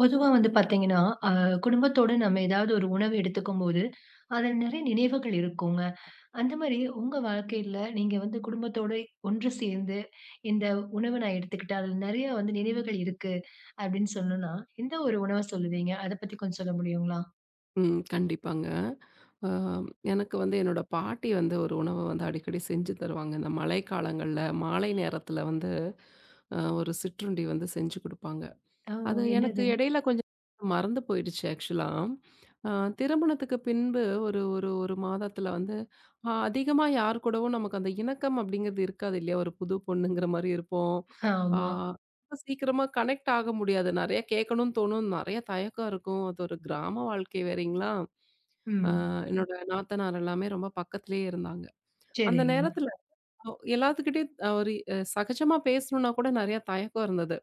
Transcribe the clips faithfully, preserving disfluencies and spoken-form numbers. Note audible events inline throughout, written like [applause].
பொதுவா வந்து பார்த்தீங்கன்னா, அ குடும்பத்தோட நம்ம ஏதாவது ஒரு உணவு எடுத்துக்கும்போது, அதில நிறைய நினைவுகள் இருக்குங்க. அந்த மாரி உங்க வாழ்க்கையில நீங்க வந்து குடும்பத்தோட ஒன்று சேர்ந்து, "இந்த உணவு நான் எடுத்துக்கிட்டேன். அதில நிறைய வந்து நினைவுகள் இருக்கு." அப்படின்னு சொல்லணும்னா, எந்த ஒரு உணவ சொல்லுவீங்க? அத பத்தி கொஞ்சம் சொல்ல முடியுங்களா? ம். கண்டிப்பாங்க. அ எனக்கு வந்து என்னோட பாட்டி வந்து ஒரு உணவ வந்து அடிக்கடி செஞ்சு தருவாங்க. இந்த மழைக்காலங்கள்ல மாலை நேரத்தில வந்து அ ஒரு சிற்றுண்டி வந்து செஞ்சு குடுப்பாங்க. ஓ! அது எனக்கு என்னதுங்க? இடையில கொஞ்சம் மறந்து போயிடுச்சு ஆக்சுவலா. அ திருமணத்துக்கு பின்பு ஒரு ஒரு 1 மாதத்துல வந்து அ அதிகமா யார் கூடவும் நமக்கு அந்த இணக்கம் அப்படிங்கிறது இருக்காது இல்லையா? ஒரு புது பொண்ணுங்கிற மாரி இருப்போம். ஆ ஆமா. ரொம்ப சீக்கிரமா கனெக்ட் ஆக முடியாது. நெறைய கேட்கணும்னு தோணும். நெறைய தயக்கம் இருக்கும். அது ஒரு கிராம வாழ்க்கை வேறீங்களா? அ ம். என்னோட நாத்தனார் எல்லாமே ரொம்ப பக்கத்திலேயே இருந்தாங்க. அந்த சரிங்க. நேரத்துல ஒ எல்லாத்துக்கிட்டயும் அ ஒரு அ சகஜமா பேசணும்னா கூட நெறைய தயக்கம் இருந்தது.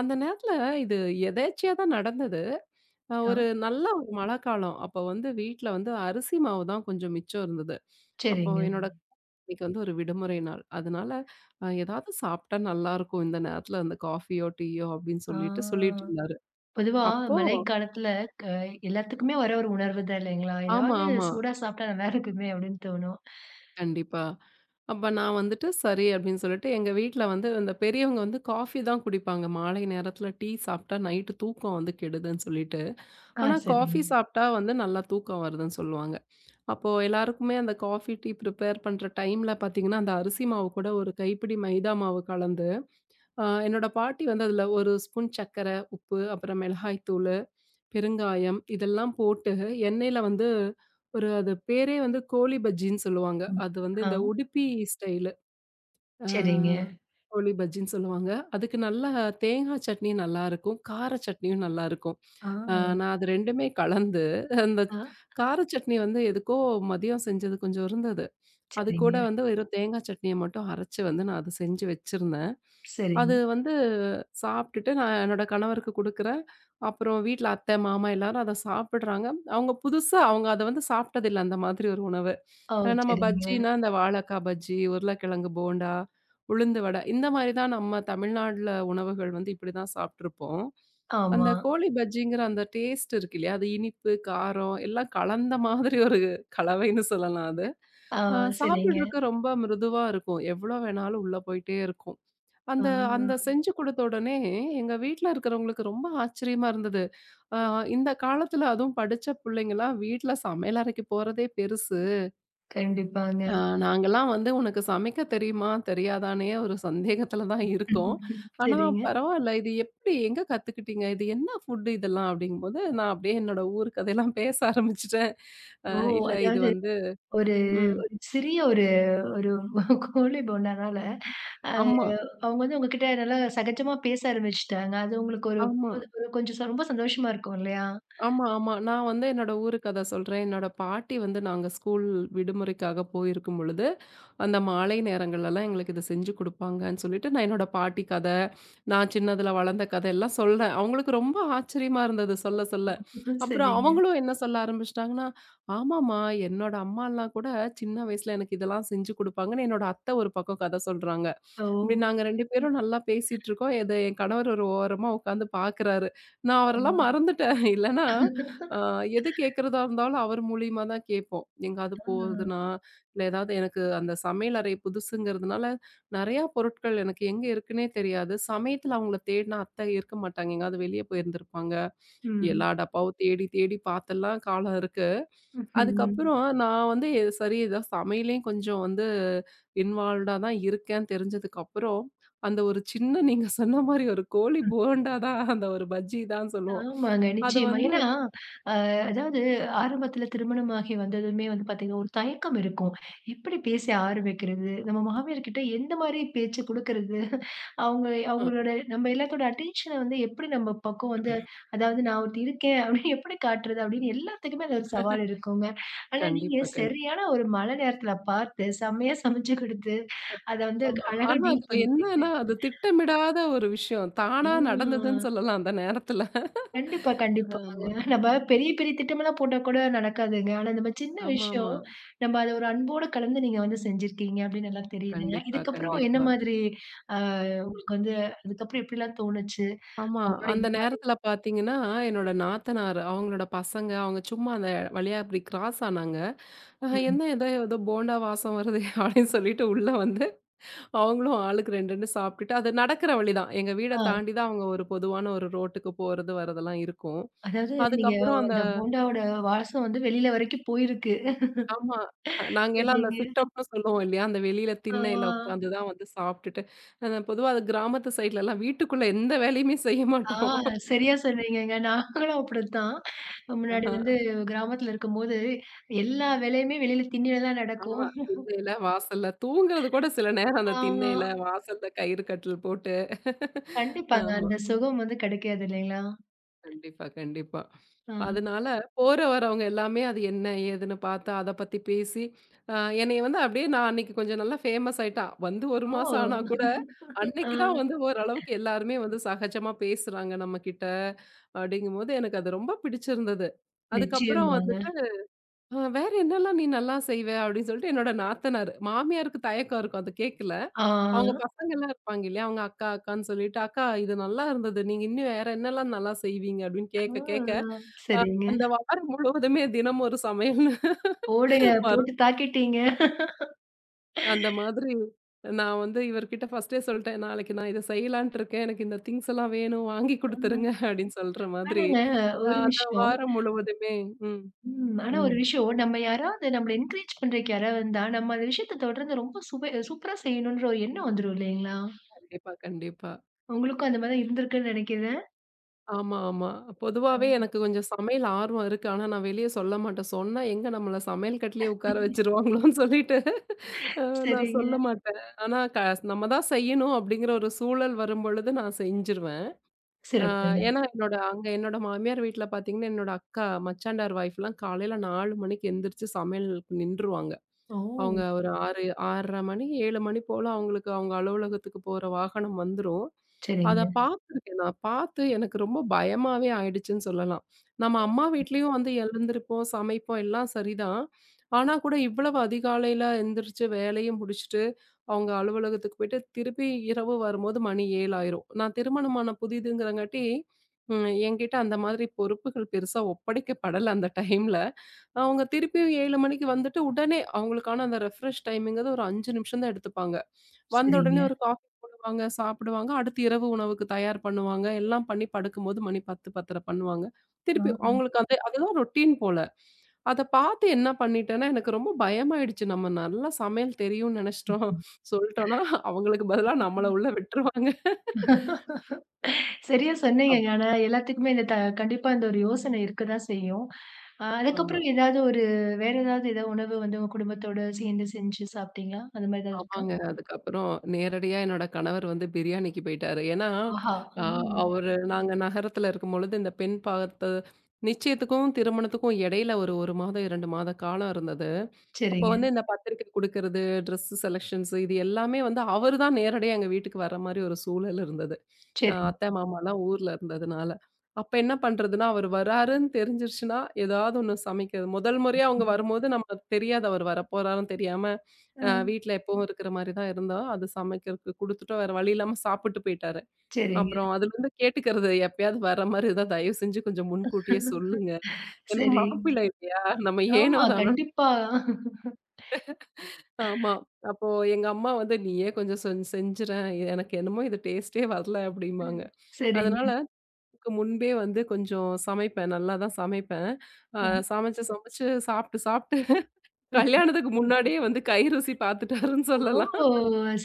அந்த நேரத்துல இது எதேர்ச்சையா தான் நடந்தது. அ ஆ, ஒரு நல்ல ஒரு மழைக்காலம். அப்போ வந்து வீட்ல வந்து அரிசி மாவு தான் கொஞ்சம் மிச்சம் இருந்தது. அப்போ சரிங்க. என்னோட இன்னைக்கு வந்து ஒரு விடுமுறை நாள். அதனால அ "ஏதாவது சாப்பிட்டா நல்லாருக்கும் இந்த நேரத்துல அந்த காஃபியோ, டீயோ" அப்படின்னு ஆ. சொல்லிட்டு சொல்லிட்டு இருந்தாரு. பொதுவா அப்போ மழைக்காலத்தில க எல்லாத்துக்குமே வர ஒரு உணர்வு தான் இல்லைங்களா? ஆமா, "ஏதாவது ஆமா. சூடா சாப்பிட்டா நல்லா இருக்குமே" அப்படின்னு தோணும். கண்டிப்பா. அப்ப நான் வந்துட்டு சரி அப்படின்னு சொல்லிட்டு எங்க வீட்ல வந்து இந்த பெரியவங்க வந்து காஃபி தான் குடிப்பாங்க. மாலை நேரத்துல டீ சாப்பிட்டா நைட்டு தூக்கம் வந்து கெடுதுன்னு சொல்லிட்டு. ஆ, ஆனா சரிங்க. காஃபி சாப்பிட்டா வந்து நல்லா தூக்கம் வருதுன்னு சொல்லுவாங்க. அப்போ எல்லாருக்குமே அந்த காஃபி, டீ ப்ரிப்பேர் பண்ற டைம்ல பார்த்தீங்கன்னா, அந்த அரிசி மாவு கூட ஒரு கைப்பிடி மைதா மாவு கலந்து, அ என்னோட பாட்டி வந்து அதுல ஒரு ஸ்பூன் சர்க்கரை, உப்பு, அப்புறம் மிளகாய் தூளு பெருங்காயம் இதெல்லாம் போட்டு எண்ணெயில வந்து ஒரு அது பேரே வந்து கோழி பஜ்ஜின்னு சொல்லுவாங்க. ம். அது வந்து ஆ, இந்த உடுப்பி ஸ்டைலு. ஆ சரிங்க. கோழி பஜ்ஜின்னு சொல்லுவாங்க. அதுக்கு நல்லா தேங்காய் சட்னி நல்லாருக்கும். கார சட்னியும் நல்லாருக்கும். ஆ, ஆ நான் அது 2மே கலந்து அந்த ஆ, கார சட்னி வந்து எதுக்கோ மதியம் செஞ்சது கொஞ்சம் இருந்தது. அது சரிங்க, கூட வந்து வெறும் தேங்காய் சட்னிய மட்டும் அரைச்சு வந்து நான் அது செஞ்சு வச்சிருந்தேன். சரிங்க. அது வந்து சாப்பிட்டுட்டு நான் என்னோட கணவருக்கு குடுக்குறேன். அப்புறம் வீட்ல அத்தை, மாமா எல்லாரும் அத சாப்பிடுறாங்க. அவங்க புதுசா அவங்க அத வந்து சாப்பிட்டதில்ல அந்த மாதிரி ஒரு உணவ. ஓ! அ நம்ம சரிங்க. பஜ்ஜின்னா, இந்த வாழக்கா பஜ்ஜி, உருளைக்கிழங்கு போண்டா, உளுந்து வடை இந்த மாரி தான் நம்ம தமிழ்நாட்ல உணவுகள் வந்து இப்படிதான் சாப்ட்டுருப்போம். ஆமா. அந்த கோழி பஜ்ஜிங்கிற அந்த டேஸ்ட் இருக்கு இல்லையா? அது இனிப்பு, காரம் எல்லாம் கலந்த மாதிரி ஒரு கலவைன்னு சொல்லலாம் அது. ஆ, அ சரிங்க. சாப்பிடுறதுக்கு ரொம்ப மிருதுவா இருக்கும். எவ்வளோ வேணாலும் உள்ள போயிட்டே இருக்கும். ஆ, அந்த அந்த செஞ்சு குடுத்த உடனே எங்க வீட்ல இருக்கிறவங்களுக்கு ரொம்ப ஆச்சரியமா இருந்தது. அ இந்த காலத்துல அதுவும் படிச்ச புள்ளைங்கலாம் வீட்ல சமையலறைக்கு போறதே பெருசு. கண்டிப்பாங்க. ஆ நாங்கலாம் வந்து "உனக்கு சமைக்க தெரியுமா? தெரியாதான்னே" ஒரு சந்தேகத்தில தான் இருக்கோம். [laughs] ஆனா சரிங்க. பரவால்ல இது எப்படி எங்க கத்துக்கிட்டீங்க? இது என்ன ஃபுட் இதெல்லாம்? அப்படிங்கும்போது நான் அப்படியே என்னோட ஊர் கதையெல்லாம் பேச ஆரம்பிச்சுட்டேன். அ ஓ! இல்ல இது அதாவது, வந்து ஒரு ம். ஒரு சிறிய ஒரு ஒரு கோழி போண்டனால, அ ஆமா, அவங்க வந்து உங்ககிட்ட நல்லா சகஜமா பேச ஆரம்பிச்சுட்டாங்க. அது உங்களுக்கு ஒரு ஆமா. புது ஒரு கொஞ்சம் ரொம்ப சந்தோஷமா இருக்கும் இல்லையா? ஆமா, ஆமா. நான் வந்து என்னோட ஊருக்கு அத சொல்றேன். என்னோட பாட்டி வந்து நாங்க ஸ்கூல் விடுமுறைக்காக போயிருக்கும் பொழுது, அந்த மாலை நேரங்கள்லலாம் எங்களுக்கு இத செஞ்சு குடுப்பாங்கன்னு சொல்லிட்டு, நான் என்னோட பாட்டி கத, நான் சின்னதுல வளர்ந்த கதை எல்லாம் சொல்றேன். அவங்களுக்கு ரொம்ப ஆச்சரியமா இருந்தது சொல்ல சொல்ல. [laughs] அப்புறம் சரிங்க. அவங்களும் என்ன சொல்ல ஆரம்பிச்சுட்டாங்கன்னா, "ஆமாம்மா, என்னோட அம்மாலாம் கூட சின்ன வயசுல எனக்கு இதெல்லாம் செஞ்சு குடுப்பாங்கன்னு" என்னோட அத்தை ஒரு பக்கம் கதை சொல்றாங்க. ஓ! இப்படி நாங்க ரெண்டு ம். பேரும் நல்லா பேசிட்டுருக்கோம். இத என் கணவர் ஒரு ஓரமா உட்காந்து பார்க்குறாரு. நான் அவரெல்லாம் ஆமா. மறந்துட்டேன். [laughs] ஆ. இல்லன்னா, [laughs] அ எது கேட்கிறதா இருந்தாலும் அவர் மூலியமா தான் கேட்போம். எங்காவது போகுதுன்னா, இல்ல ஏதாவது எனக்கு அந்த சமையல் அறை புதுசுங்கிறதுனால, நெறையா பொருட்கள் எனக்கு எங்க இருக்குன்னே தெரியாது. சமயத்துல அவங்கள தேடினா அத்தை இருக்க மாட்டாங்க. எங்காவது வெளிய போயிருந்திருப்பாங்க. ம். எல்லா டப்பாவும் தேடி தேடி பார்த்தெல்லாம் காலம் இருக்கு. ம்ஹ்ம். அதுக்கப்புறம் நான் வந்து எ- சரி ஏதோ சமையல்லயும் கொஞ்சம் வந்து இன்வால்வ்டா தான் இருக்கேன்னு தெரிஞ்சதுக்கப்புறம், அந்த ஒரு சின்ன நீங்க சொன்ன மாரி ஒரு கோழி போண்டா தான் அந்த ஒரு பஜ்ஜி தான் சொல்லுவோம். ஆமாங்க. அது நிச்சயமா. வந்து ஏன்னா, அ அதாவது, ஆரம்பத்தில திருமணமாகி வந்ததுமே வந்து பார்த்தீங்கன்னா, ஒரு தயக்கம் இருக்கும். எப்படி பேச ஆரம்பிக்கிறது? நம்ம மாமியார்கிட்ட எந்த மாரி பேச்சு குடுக்கறது? அவங்க அ அவங்களோட நம்ம எல்லாத்தோட அட்டென்ஷன வந்து எப்படி நம்ம பக்கம் வந்து அதாவது நான் ஒருத்தி இருக்கேன் அப்படின்னு [laughs] எப்படி காட்டுறது? அப்படின்னு எல்லாத்துக்குமே அது ஒரு சவால் இருக்குங்க. ஆனா நீங்க கண்டிப்பா, கண்டிப்பா. சரியான ஒரு மழை நேரத்தில பார்த்து, செம்மையா சமைச்சு குடுத்து, அத வந்து ஆமா. அழகா ஆனா டீல் அதுல பண்ணிட்டீங்க. என்னன்னா, அது திட்டமிடாத ஒரு விஷயம். ஆ. தானா நடந்ததுன்னு சொல்லலாம் அந்த நேரத்துல. கண்டிப்பா, கண்டிப்பா. அது ஆமா. நம்ம பெரிய, பெரிய திட்டமெல்லாம் போட்டா கூட நடக்காதுங்க. ஆனா நம்ம சின்ன விஷயம், ஆமாமா. நம்ம அத ஒரு அன்போட கலந்து நீங்க வந்து செஞ்சிருக்கீங்க அப்படின்னு நல்லா தெரியுதுங்க. கண்டிப்பா, இதுக்கப்புறம் என்ன கண்டிப்பா. மாதிரி அ ம். உங்களுக்கு வந்து அதுக்கப்புறம் எப்படிலாம் தோணுச்சு? ஆமா. அவங்களோட அந்த இந்த மாதிரி. நேரத்துல பாத்தீங்கன்னா, என்னோட நாத்தனார் அவங்களோட பசங்க அவங்க சும்மா அந்த வழியா இப்படி கிராஸ் ஆனாங்க. ஆஹ ம். என்ன ஏதோ ஏதோ போண்டா வாசம் வருதே [laughs] அப்படின்னு சொல்லிட்டு உள்ள வந்து, அவங்களும் ஆளுக்கு ரெண்டு ரெண்டு சாப்பிட்டுட்டு அது நடக்கிற வழிதான். எங்க வீட ஆ. தாண்டி தான் அவங்க ஒரு பொதுவான ஒரு ரோட்டுக்கு போறது வரதெல்லாம் இருக்கும். அதாவது நீங்க அதுக்கப்புறம் அந்த அந்த போண்டாவோட வாசம் வந்து வெளியில வரைக்கும் போயிருக்கு. ஆமா. அஹ் நாங்க எல்லாம் அந்த சரிங்க. சிட் அப்னு சொல்லுவோம் இல்லையா? அந்த வெளியில திண்ணையில ஆ, உட்காந்து தான் வந்து சாப்பிட்டுட்டு, அ பொதுவா அது கிராமத்து சைட்லலாம் வீட்டுக்குள்ள எந்த வேலையுமே செய்ய ஆ, மாட்டோம். சரியா சொன்னீங்கங்க. நாங்களும் அப்படித்தான். முன்னாடி ஆஹ வந்து கிராமத்துல இருக்கும்போது, எல்லா வேலையுமே வெளியில திண்ணையில தான் நடக்கும். ஆமா. திண்ணையில, வாசல்ல தூங்குறது கூட சில நேரம் அந்த ஆமா. திண்ணையில, வாசல்ல கயிறு கட்டில் போட்டு [laughs] கண்டிப்பாங்க. ஆமா. அந்த சுகம் வந்து கிடைக்காது இல்லைங்களா? கண்டிப்பா, கண்டிப்பா. அ அதனால போற வரவங்க எல்லாமே அது என்ன, ஏதுன்னு பார்த்து அத பத்தி பேசி, அ என்னைய வந்து அப்படியே நான் அன்னைக்கு கொஞ்சம் நல்லா ஃபேமஸ் ஆயிட்டேன். வந்து ஒரு மாசம் ஆனா ஓ! கூட, ஆ, அன்னைக்கு தான் வந்து ஓரளவுக்கு எல்லாருமே வந்து சகஜமா பேசுறாங்க நம்மகிட்ட, அப்படிங்கும்போது எனக்கு அது ரொம்ப பிடிச்சிருந்தது. அதுக்கப்புறம் நிச்சயமாங்க. வந்துட்டு, "அ வேற என்னலாம் நீ நல்லா செய்வ?" அப்படின்னு சொல்லிட்டு என்னோட நாத்தனார். மாமியாருக்கு தயக்கம் இருக்கும். அது கேட்கல. ஆ, அவங்க பசங்கலாம் இருப்பாங்க இல்லையா? அவங்க அக்கா, அக்கான்னு சொல்லிட்டு, "அக்கா இது நல்லா இருந்தது. நீங்க இன்னும் வேற என்னலாம் நல்லா செய்வீங்க?" அப்படின்னு ஆ, கேட்க கேட்க, அ சரிங்க. அந்த வாரம் முழுவதுமே தினம் ஒரு சமையல்ன்னு போடுங்க [laughs] வரும். போட்டு தாக்கிட்டீங்க. அந்த மாதிரி நான் வந்து இவர்கிட்ட ஃபர்ஸ்ட்டே சொல்ட்டேன். "நாளைக்கு நான் இத செய்யலான்ட்டு இருக்கேன். எனக்கு இந்த திங்ஸ் எல்லாம் வேணும். வாங்கி குடுத்துருங்க." அப்படின்னு சொல்ற மாதிரி, ஆனாங்க அ ஒரு அந்த விஷயம். வாரம் முழுவதுமே ம், ம். ஆனா ஒரு ம். விஷயம், நம்ம யாராவது நம்மள என்கரேஜ் பண்றதுக்கு யாராவது வந்தா, நம்ம அந்த விஷயத்த தொடர்ந்து ரொம்ப சுவை சூப்பரா செய்யணுன்ற ஒரு எண்ணம் வந்துரும் இல்லைங்களா? கண்டிப்பா, கண்டிப்பா. உங்களுக்கும் அந்த மாதிரி தான் இருந்திருக்குன்னு நினைக்கிறேன். ஆமா, ஆமா. பொதுவாவே எனக்கு கொஞ்சம் சமையல் ஆர்வம் இருக்கு. ஆனா, நான் வெளிய சொல்ல மாட்டேன். சொன்னா எங்க நம்மள சமையல் கட்டுலயே உட்கார வச்சுருவாங்களோன்னு சொல்லிட்டு அ நான் சரிங்க. சொல்ல மாட்டேன். ஆனா, க நம்ம தான் செய்யணும் அப்படிங்கிற ஒரு சூழல் வரும்பொழுது நான் செஞ்சுருவேன். அ சிறப்புங்க. ஏன்னா, என்னோட அங்க என்னோட மாமியார் வீட்ல பார்த்தீங்கன்னா, என்னோட அக்கா மச்சாண்டார் ஒய்ஃப்லாம் காலையில நாலு மணிக்கு எந்திரிச்சு சமையலுக்கு நின்றுவாங்க. அவங்க ஓ! ஒரு ஆறு ஆறரை மணி, ஏழு மணி போல அவங்களுக்கு அவங்க அலுவலகத்துக்கு போற வாகனம் வந்துரும். அத சரிங்க, பார்த்துருக்கேன் நான். பார்த்து எனக்கு ரொம்ப பயமாவே ஆயிடுச்சுன்னு சொல்லலாம். நம்ம அம்மா வீட்லயும் வந்து எழுந்திருப்போம், சமைப்போம் எல்லாம் சரிதான். ஆனா கூட இவ்வளவு அதிகாலையில எந்திரிச்சு வேலையும் முடிச்சுட்டு, அவங்க அலுவலகத்துக்கு போயிட்டு திருப்பி இரவு வரும்போது மணி ஏழு ஆயிரும். நான் திருமணமான புதிதுங்கிறங்காட்டி, ம் என்கிட்ட அந்த மாதிரி பொறுப்புகள் பெருசா ஒப்படைக்கப்படல அந்த டைம்ல. அவங்க திருப்பியும் ஏழு மணிக்கு வந்துட்டு உடனே அவங்களுக்கான அந்த ரெஃப்ரெஷ் டைம்ங்கிறது ஒரு அஞ்சு நிமிஷம் தான் எடுத்துப்பாங்க. வந்த உடனே சரிங்க. ஒரு காஃபி போடுவாங்க, சாப்பிடுவாங்க. அடுத்து இரவு உணவுக்கு தயார் பண்ணுவாங்க. எல்லாம் பண்ணி படுக்கும்போது மணி பத்து, பத்தரை பண்ணுவாங்க. திருப்பி அவங்களுக்கு அந்த அதுதான் ரொட்டீன் போல. அத பார்த்து என்ன பண்ணிட்டேன்னா, எனக்கு ரொம்ப பயமாயிடுச்சு. நம்ம நல்லா சமையல் தெரியும்னு நெனச்சுட்டோம். சொல்ட்டோம்னா, அவங்களுக்கு பதிலா நம்மள உள்ள விட்டுருவாங்க. ஆ. சரியா அப் சொன்னீங்கங்க. ஆனா எல்லாத்துக்குமே இந்த த கண்டிப்பா இந்த ஒரு யோசனை இருக்க தான் செய்யும். அ ஆமா. அதுக்கப்புறம் ஏதாவது ஒரு வேற ஏதாவது ஏதாவது உணவு வந்து உங்க குடும்பத்தோட சேர்ந்து செஞ்சு சாப்பிட்டீங்களா? அந்த மாரி ஏதாவது இருக்கா? ஆமாங்க. அதுக்கப்புறம் நேரடியா என்னோட கணவர் வந்து பிரியாணிக்கு போயிட்டாரு. ஏன்னா, ஆஹா! அ ம். அவரு நாங்க நகரத்துல இருக்கும்பொழுது இந்த பெண் பார்த்த நிச்சயத்துக்கும், திருமணத்துக்கும் இடையில ஒரு 1 மாதம், இரண்டு மாத காலம் இருந்தது. அப்போ சரிங்க, வந்து இந்த பத்திரிக்கை குடுக்கறது, ட்ரெஸ் செலக்ஷன்ஸ் இது எல்லாமே வந்து அவரு தான் நேரடியா எங்க வீட்டுக்கு வர்ற மாரி ஒரு சூழல் இருந்தது. அ அத்தை, சரிங்க. மாமாலாம் ஊர்ல இருந்ததுனால. அப்ப என்ன பண்றதுன்னா, அவர் வராருன்னு தெரிஞ்சிருச்சுன்னா, ஏதாவது ஒண்ணு சமைக்கிறது. முதல் முறையா அவங்க வரும்போது நமக்கு தெரியாது அவர் வரப்போறாருன்னு தெரியாம, அ அ வீட்ல எப்பவும் இருக்கிற மாரி தான் இருந்தோம். அது சமைக்கிறதுக்கு குடுத்துட்டு வேற வழி இல்லாம சாப்பிட்டு போயிட்டாரு. சரிங்க. அப்புறம் அதுலருந்து கேட்டுக்கிறது எப்பயாவது வர மாரி இருந்தா தயவு செஞ்சு கொஞ்சம் முன்கூட்டியே சொல்லுங்க. ஏன்னா சரி. மாப்பிள்ளை இல்லையா? நம்ம ஏனோ ஆமா, தானோன்னு கண்டிப்பா. ஆமா. அப்போ எங்க அம்மா வந்து, "நீயே கொஞ்சம் செஞ் செஞ்சுறேன். இது எனக்கு என்னமோ இது டேஸ்ட்டே வரல" அப்படிம்பாங்க. ம். அதனால சரிங்க. அதுக்கு முன்பே வந்து கொஞ்சம் சமைப்பேன். நல்லா தான் சமைப்பேன். அ அ. சமைச்சு, சமைச்சு சாப்பிட்டு, சாப்பிட்டு [laughs] கல்யாணத்துக்கு முன்னாடியே வந்து கை ருசி பார்த்துட்டாருன்னு சொல்லலாம். ஓ!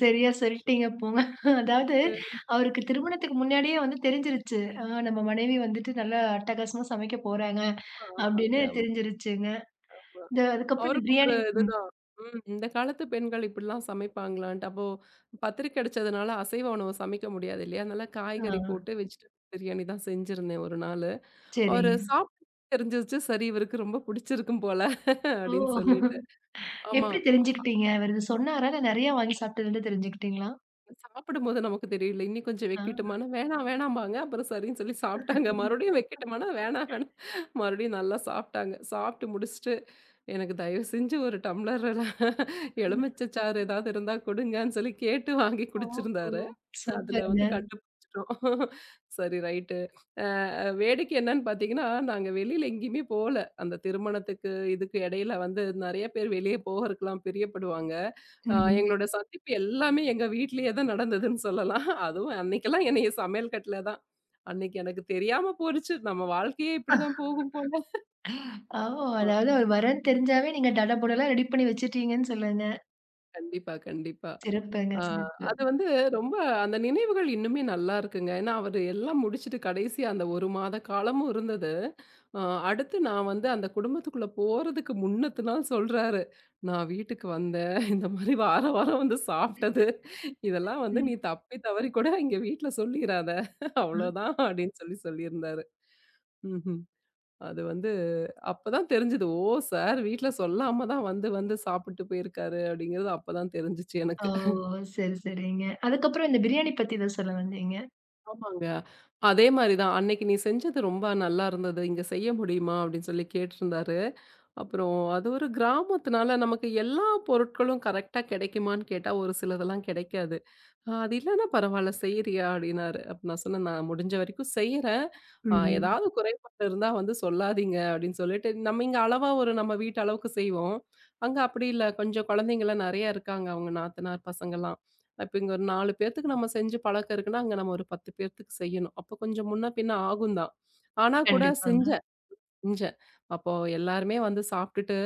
சரியா சொல்லிட்டீங்க போங்க. அதாவது, அவருக்கு திருமணத்துக்கு முன்னாடியே வந்து தெரிஞ்சிருச்சு. அ நம்ம மனைவி வந்துட்டு நல்லா அட்டகாசமா சமைக்க போறாங்க, ஆமாங்க. அப்படின்னு ஆமா. தெரிஞ்சிருச்சுங்க. இந்த அதுக்கப்புறம் இந்த அவருக்கும் ஒரு பிரியாணி. ம். இதுதான். ம். இந்த காலத்து பெண்கள் இப்படிலாம் சமைப்பாங்களான்ட்டு. அப்போ பத்திரிக்கை அடிச்சதுனால அசைவ உணவு சமைக்க முடியாது இல்லையா? அதனால ஆ, காய்கறி போட்டு வெஜிடபிள் பிரியாணி தான் செஞ்சிருந்தேன் ஒரு நாளு. அவரு சரிங்க. சாப்பிட்டு தெரிஞ்சிருச்சு. சரி இவருக்கு ரொம்ப புடிச்சிருக்கும் போல ஓ! அப்படின்னு சொல்லிட்டு. ஆமா. எப்படி தெரிஞ்சுக்கிட்டீங்க? அவரு இது சொன்னாரா? இல்ல நெறையா வாங்கி சாப்பிட்டதுலருந்து தெரிஞ்சுக்கிட்டீங்களா? சாப்பிடும்போது நமக்கு தெரியல. இன்னும் கொஞ்சம் ஆ. வைக்கட்டுமான்னா, வேணாம் வேணாம்பாங்க. அப்புறம் சரின்னு சொல்லி சாப்பிட்டாங்க. மறுபடியும் வைக்கட்டுமான்னா, வேணாம் வேணாம். மறுபடியும் நல்லா சாப்பிட்டாங்க. சாப்பிட்டு முடிச்சுட்டு, எனக்கு தயவு செஞ்சு ஒரு டம்ளர்ல எலுமிச்சை சாறு ஏதாவது இருந்தா கொடுங்கன்னு சொல்லி கேட்டு வாங்கி ஓஹோ! குடிச்சிருந்தாரு. அதுல வந்து சூப்பருங்க. கண்டுபிடிச்சுட்டோம். சரி ரைட் வேடிக்கை என்னன்னு பார்த்தீங்கன்னா, நாங்க வெளியில எங்கேயுமே போல. அந்த திருமணத்துக்கு, இதுக்கு இடையில வந்து நெறைய பேர் வெளிய போகறக்கலாம் பிரியப்படுவாங்க. அ ம். எங்களோட சந்திப்பு எல்லாமே எங்க வீட்லயே தான் நடந்ததுன்னு சொல்லலாம். அதுவும் அன்னைக்கெல்லாம் என்னைய சமையல் கட்டுல தான். அன்னைக்கு எனக்கு தெரியாம போயிருச்சு. நம்ம வாழ்க்கையே இப்படிதான் போகும் போல. ஓ! ஆமா. அதாவது அவர் வர்றார்ன்னு தெரிஞ்சாவே நீங்க டடபுடலாம் ரெடி பண்ணி வச்சுட்டீங்கன்னு சொல்லுங்க. கண்டிப்பா, கண்டிப்பா. சிறப்புங்க, ஆ சிறப்பு. அது வந்து ரொம்ப அந்த நினைவுகள் இன்னுமே நல்லா இருக்குங்க. ஏன்னா அவரு எல்லாம் முடிச்சுட்டு கடைசியா அந்த ஒரு மாத காலமும் இருந்தது. அ அடுத்து நான் வந்து அந்த குடும்பத்துக்குள்ள போறதுக்கு முன்னத்து நாள் சொல்றாரு. "நான் வீட்டுக்கு வந்தேன். [laughs] இந்த மாரி வாரம் வாரம் வந்து சாப்பிட்டது. இதெல்லாம் வந்து நீ ம். தப்பி தவறி கூட இங்க வீட்ல சொல்லிறாத. அவ்வளோதான்" அப்படின்னு சொல்லி சொல்லியிருந்தாரு. ம்ஹ்ம். அது வந்து அப்பதான் தெரிஞ்சது. "ஓ! சார் வீட்ல சொல்லாம தான் வந்து வந்து சாப்பிட்டு போயிருக்காரு" அப்படிங்கிறது அப்பதான் தெரிஞ்சுச்சு ஆ. எனக்கு. ஓ! சரி, சரிங்க. அதுக்கப்புறம் இந்த பிரியாணி பத்தி ஏதோ சொல்ல வந்தீங்க. ஆமாங்க. அதே மாரி தான். "அன்னைக்கு நீ செஞ்சது ரொம்ப நல்லா இருந்தது. இங்க செய்ய முடியுமா?" அப்படின்னு சொல்லி கேட்டிருந்தாரு. அப்புறம் அது ஒரு கிராமத்துனால நமக்கு எல்லா பொருட்களும் கரெக்ட்டா கிடைக்குமான்னு கேட்டா ஒரு சிலதெல்லாம் கிடைக்காது. ஆ அது இல்லன்னா பரவால்ல செய்றியா? அப்டின்னாரு. அப்ப நான் சொன்னேன், "நான் முடிஞ்ச வரைக்கும் செய்றேன். ஆ ம். ஏதாவது குறைபாடு இருந்தா வந்து சொல்லாதீங்க." அப்படின்னு சொல்லிட்டு, நம்ம இங்க அளவா ஒரு நம்ம வீட்டு அளவுக்கு செய்வோம். அங்க அப்படி இல்ல. கொஞ்சம் குழந்தைங்கலாம் நெறைய இருக்காங்க. அவங்க நாத்தனார் பசங்கலாம். இப்ப இங்க ஒரு நாலு பேத்துக்கு நம்ம செஞ்சு பழக்கம் இருக்குன்னா, அங்க நம்ம ஒரு பத்து பேத்துக்கு செய்யணும். அப்ப கொஞ்சம் முன்ன பின்ன ஆகும் தான். ஆனா கூட செஞ்ச கண்டிப்பாங்க. இஞ்ச அப்போ எல்லாருமே வந்து சாப்பிட்டுட்டு,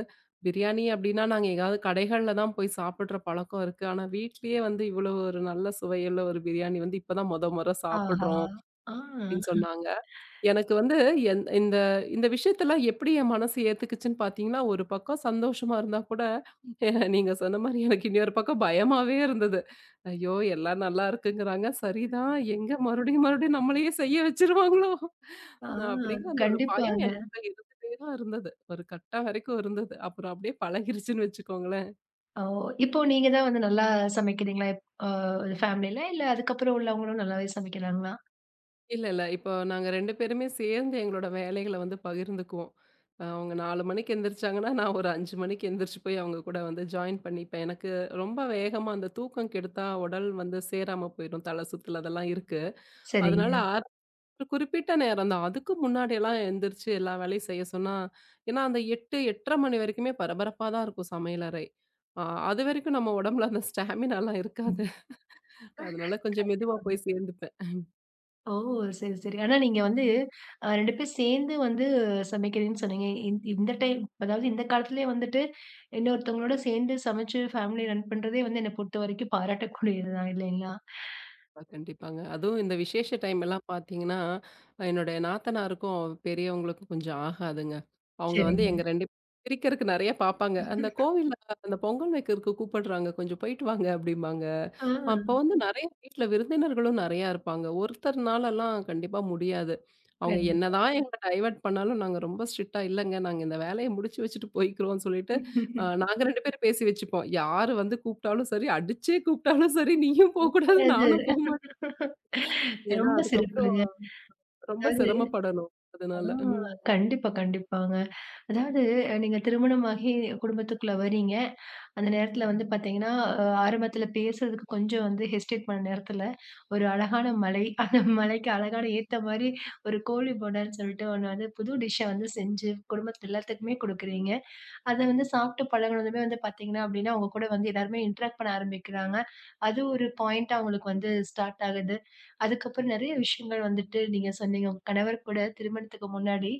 பிரியாணி அப்டின்னா நாங்க எங்கேயாவது கடைகள்ல தான் போய் சாப்பிடுற பழக்கம் இருக்கு. ஆனா, வீட்லயே வந்து இவ்ளோ ஒரு நல்ல சுவையுள்ள ஒரு பிரியாணி வந்து இப்ப தான் மொத மொற ஆஹா! சாப்பிடுறோம் ஆ. அப்டின்னு சொன்னாங்க. எனக்கு வந்து எந் இந்த இந்த விஷயத்தெல்லாம் எப்டி என் மனசு ஏத்துக்குச்சுன்னு பார்த்தீங்கன்னா, ஒரு பக்கம் சந்தோஷமா இருந்தா கூட, [laughs] அஹ் நீங்க சொன்ன மாரி எனக்கு இன்னொரு பக்கம் பயமாவே இருந்தது. ஐயோ! எல்லாம் நல்லா இருக்குங்கிறாங்க. சரிதான் எங்க மறுபடியும் மறுபடியும் நம்மளையே செய்ய வச்சுருவாங்களோ? ஆ. நான் அப்படிங்கிற அந்த ஒரு பயம் கண்டிப்பாங்க. எனக்குள்ள இருந்துட்டே தான் இருந்தது. ஒரு கட்டம் வரைக்கும் இருந்தது. அப்புறம் அப்படியே பழகிருச்சுன்னு வச்சுக்கோங்களேன். ஓ! இப்போ நீங்க தான் வந்து நல்லா சமைக்கிறீங்களா? இப் அ ஃபேமிலில இல்ல அதுக்கப்புறம் உள்ளவங்களும் நல்லாவே சமைக்கிறாங்களா? இல்ல, இல்ல. இப்போ நாங்க ரெண்டு பேருமே சேர்ந்து எங்களோட வேலைகள வந்து பகிர்ந்துக்குவோம். அ அவங்க நாலு மணிக்கு எந்திரிச்சாங்கன்னா, நான் ஒரு அஞ்சு மணிக்கு எந்திரிச்சு போய் அவங்க கூட வந்து ஜாயின் பண்ணிப்பேன். எனக்கு ரொம்ப வேகமா அந்த தூக்கம் கெடுத்தா உடல் வந்து சேராம போயிடும். தலை சுத்தல் அதெல்லாம் இருக்கு. சரிங்க. அதனால ஆர் ஒரு குறிப்பிட்ட நேரம் தான். அதுக்கு முன்னாடிலாம் எந்திரிச்சு எல்லா வேலையும் செய்ய சொன்னா, ஏன்னா அந்த எட்டு, எட்டரை மணி வரைக்குமே பரபரப்பா தான் இருக்கும் சமையலறை. அ அதுவரைக்கும் நம்ம உடம்புல அந்த ஸ்டாமினாலாம் இருக்காது. கண்டிப்பாங்க. அதனால கொஞ்சம் மெதுவா போய் சேர்ந்துப்பேன். ஓ! சரி, சரி. ஆனா நீங்க வந்து அ ரெண்டு பேர் சேர்ந்து வந்து சமைக்கிறேன்னு சொன்னீங்க. இந் இந்த டைம் அதாவது இந்த காலத்திலேயே வந்துட்டு இன்னொருத்தவங்களோட சேர்ந்து சமைச்சு ஃபேமிலி ரன் பண்றதே வந்து என்ன பொறுத்தவரைக்கும் பாராட்டக்கூடியது தான் இல்லைங்களா? ஆ, கண்டிப்பாங்க. அதுவும் இந்த விசேஷ டைம் எல்லாம் பார்த்தீங்கன்னா, என்னுடைய நாத்தனாருக்கும், பெரியவங்களுக்கும் கொஞ்சம் ஆகாதுங்க. அவங்க வந்து சரிங்க. எங்க ரெண்டு பிரிக்கிறதுக்கு நெறைய பார்ப்பாங்க. அந்த கோவில்ல அந்த பொங்கல் வைக்கிறதுக்கு கூப்பிடுறாங்க. கொஞ்சம் போயிட்டு வாங்க அப்படிம்பாங்க. ஆ, அப்ப வந்து நெறைய வீட்ல விருந்தினர்களும் நெறையா இருப்பாங்க. ஒருத்தர்னாலலாம் கண்டிப்பா முடியாது. அவங்க கண்டிப்பா. என்னதான் எங்கள டைவர்ட் பண்ணாலும் நாங்க ரொம்ப ஸ்ட்ரிக்ட்டா இல்லங்க. நாங்க இந்த வேலைய முடிச்சு வச்சுட்டு போய்க்கிறோம்னு சொல்லிட்டு, அ [laughs] நாங்க ரெண்டு பேரும் பேசி வச்சுப்போம். யாரு வந்து கூப்ட்டாலும் சரி, அடிச்சே கூப்ட்டாலும் சரி, நீயும் போக்கூடாது, கூடாது. நானும் போமாட்டேன். ஏன்னா ரொம்ப அதுக்கப்புறம் சிறப்புங்க. ரொம்ப அதாவது. சிரமப்படணும். ஆ. அதனால. ம். கண்டிப்பா, கண்டிப்பாங்க. அதாவது, அ நீங்க திருமணமாகி குடும்பத்துக்குள்ள வரீங்க. அந்த நேரத்துல வந்து பாத்தீங்கன்னா, அ ஆரம்பத்துல பேசுறதுக்கு கொஞ்சம் வந்து ஹெசிடேட் பண்ண நேரத்துல, ஒரு அழகான மலை, [laughs] அந்த மலைக்கு அழகான ஏத்த மாரி ஒரு கோழி போண்டன்னு சொல்லிட்டு ஒண்ணு வந்து புது டிஷ்ஷ வந்து செஞ்சு குடும்பத்து எல்லாத்துக்குமே குடுக்குறீங்க. அத வந்து சாப்ட்டு பழகுனதுமே வந்து பாத்தீங்கன்னா அப்டின்னா, உங்க கூட வந்து எல்லாருமே இன்டராக்ட் பண்ண ஆரம்பிக்கிறாங்க. அது ஒரு பாயிண்ட்டா உங்களுக்கு வந்து ஸ்டார்ட் ஆகுது. அதுக்கப்புறம் நெறைய விஷயங்கள் வந்துட்டு நீங்க சொன்னீங்க. உங்க கணவர் கூட திருமணத்துக்கு முன்னாடி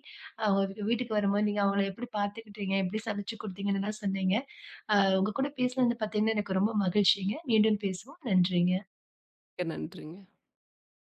அவங்க வீ வீட்டுக்கு வரும்போது நீங்க அவங்கள எப்படி பார்த்துக்கிட்டீங்க? எப்படி சமைச்சு குடுத்தீங்கன்னுலாம் சொன்னீங்க. அ உங்க கூட பேசினது பார்த்தீங்கன்னா, எனக்கு ரொம்ப மகிழ்ச்சிங்க. மீண்டும் பேசுவோம். நன்றிங்க. மிக்க நன்றிங்க.